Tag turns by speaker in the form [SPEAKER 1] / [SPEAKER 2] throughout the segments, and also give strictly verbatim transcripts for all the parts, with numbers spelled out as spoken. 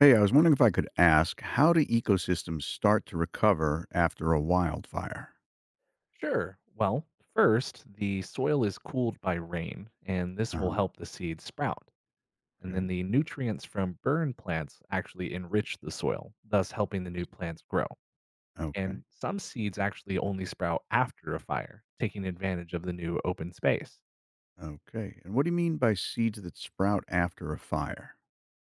[SPEAKER 1] Hey, I was wondering if I could ask, how do ecosystems start to recover after a wildfire?
[SPEAKER 2] Sure. Well, first, the soil is cooled by rain, and this will
[SPEAKER 1] Uh-huh.
[SPEAKER 2] help the seeds sprout. And then
[SPEAKER 1] Okay.
[SPEAKER 2] the nutrients from burn plants actually enrich the soil, thus helping the new plants grow.
[SPEAKER 1] Okay.
[SPEAKER 2] And some seeds actually only sprout after a fire, taking advantage of the new open space.
[SPEAKER 1] Okay. And what do you mean by seeds that sprout after a fire?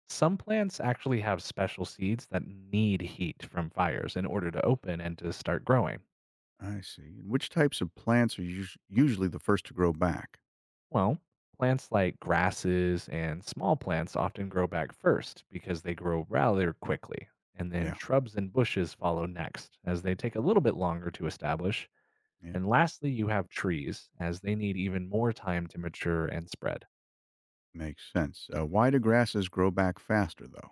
[SPEAKER 2] Some plants actually have special seeds that need heat from fires in order to open and to start growing.
[SPEAKER 1] I see. And which types of plants are us- usually the first to grow back?
[SPEAKER 2] Well, plants like grasses and small plants often grow back first because they grow rather quickly. And then
[SPEAKER 1] Yeah.
[SPEAKER 2] shrubs and bushes follow next, as they take a little
[SPEAKER 1] Mhm.
[SPEAKER 2] bit longer to establish.
[SPEAKER 1] Yeah.
[SPEAKER 2] And lastly, you have trees, as they need even more time to mature and spread.
[SPEAKER 1] Makes sense. Uh, why do grasses grow back faster, though?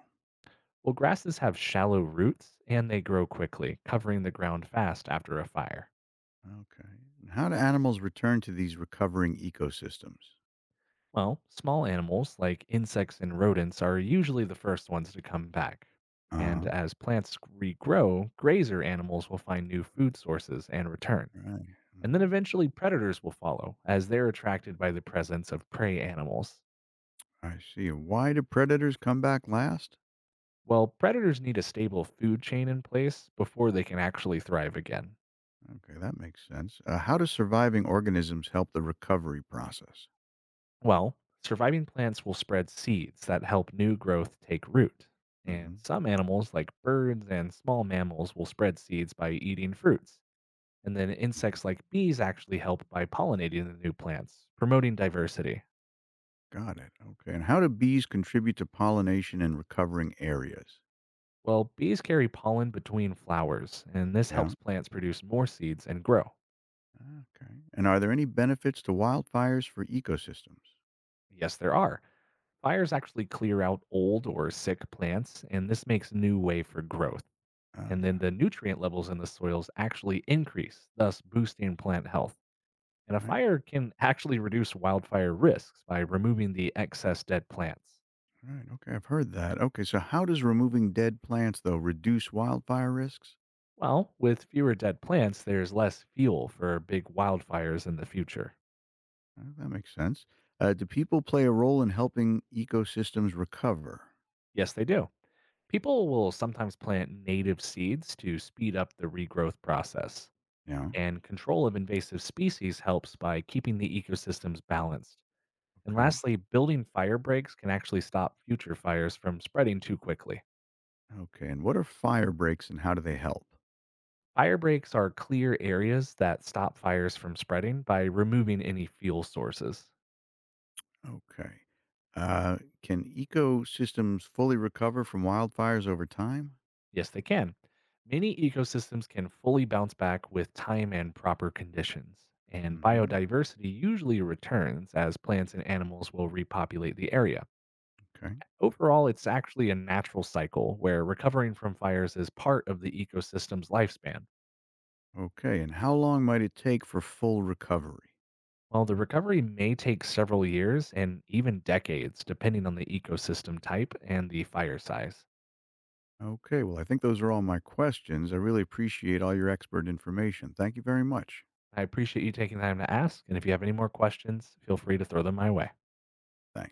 [SPEAKER 2] Well, grasses have shallow roots and they grow quickly, covering the ground fast after a fire.
[SPEAKER 1] Okay. And how do animals return to these recovering ecosystems?
[SPEAKER 2] Well, small animals like insects and rodents are usually the first ones to come back.
[SPEAKER 1] Uh huh.
[SPEAKER 2] And as plants regrow, grazer animals will find new food sources and return.
[SPEAKER 1] Right.
[SPEAKER 2] And then
[SPEAKER 1] Hmm.
[SPEAKER 2] eventually predators will follow, as they're attracted by the presence of prey animals.
[SPEAKER 1] I see. Why do predators come back last?
[SPEAKER 2] Well, predators need a stable food chain in place before they can actually thrive again.
[SPEAKER 1] Okay, that makes sense. Uh, how do surviving organisms help the recovery process?
[SPEAKER 2] Well, surviving plants will spread seeds that help new growth take root.
[SPEAKER 1] Hmm.
[SPEAKER 2] And some animals, like birds and small mammals, will spread seeds by eating fruits. And then
[SPEAKER 1] Hmm.
[SPEAKER 2] insects like bees actually help by pollinating the new plants, promoting diversity.
[SPEAKER 1] Got it. Okay, and how do bees contribute to pollination in recovering areas?
[SPEAKER 2] Well, bees carry pollen between flowers, and this
[SPEAKER 1] Yeah.
[SPEAKER 2] helps plants produce more seeds and grow.
[SPEAKER 1] Okay. And are there any benefits to wildfires for ecosystems?
[SPEAKER 2] Yes, there are. Fires actually clear out old or sick plants, and this makes new way for growth.
[SPEAKER 1] Oh,
[SPEAKER 2] And
[SPEAKER 1] yeah.
[SPEAKER 2] then the nutrient levels in the soils actually increase, thus boosting plant health. And a
[SPEAKER 1] Right.
[SPEAKER 2] fire can actually reduce wildfire risks by removing the excess dead plants.
[SPEAKER 1] Right. Okay, I've heard that. Okay, so how does removing dead plants though reduce wildfire risks?
[SPEAKER 2] Well, with fewer dead plants, there's less fuel for big wildfires in the future.
[SPEAKER 1] Uh, that makes sense. Uh, do people play a role in helping ecosystems recover?
[SPEAKER 2] Yes, they do. People will sometimes plant native seeds to speed up the regrowth process.
[SPEAKER 1] Yeah.
[SPEAKER 2] And control of invasive species helps by keeping the ecosystems balanced. And
[SPEAKER 1] Okay.
[SPEAKER 2] lastly, building fire breaks can actually stop future fires from spreading too quickly.
[SPEAKER 1] Okay. And what are fire breaks and how do they help?
[SPEAKER 2] Fire breaks are clear areas that stop fires from spreading by removing any fuel sources.
[SPEAKER 1] Okay. Uh, can ecosystems fully recover from wildfires over time?
[SPEAKER 2] Yes, they can. Many ecosystems can fully bounce back with time and proper conditions, and
[SPEAKER 1] Hmm.
[SPEAKER 2] biodiversity usually returns as plants and animals will repopulate the area.
[SPEAKER 1] Okay.
[SPEAKER 2] Overall, it's actually a natural cycle where recovering from fires is part of the ecosystem's lifespan.
[SPEAKER 1] Okay. And how long might it take for full recovery?
[SPEAKER 2] While the recovery may take several years and even decades, depending on the ecosystem type and the fire size.
[SPEAKER 1] Okay. Well, I think those are all my questions. I really appreciate all your expert information. Thank you very much.
[SPEAKER 2] I appreciate you taking the time to ask, and if you have any more questions, feel free to throw them my way.
[SPEAKER 1] Thanks.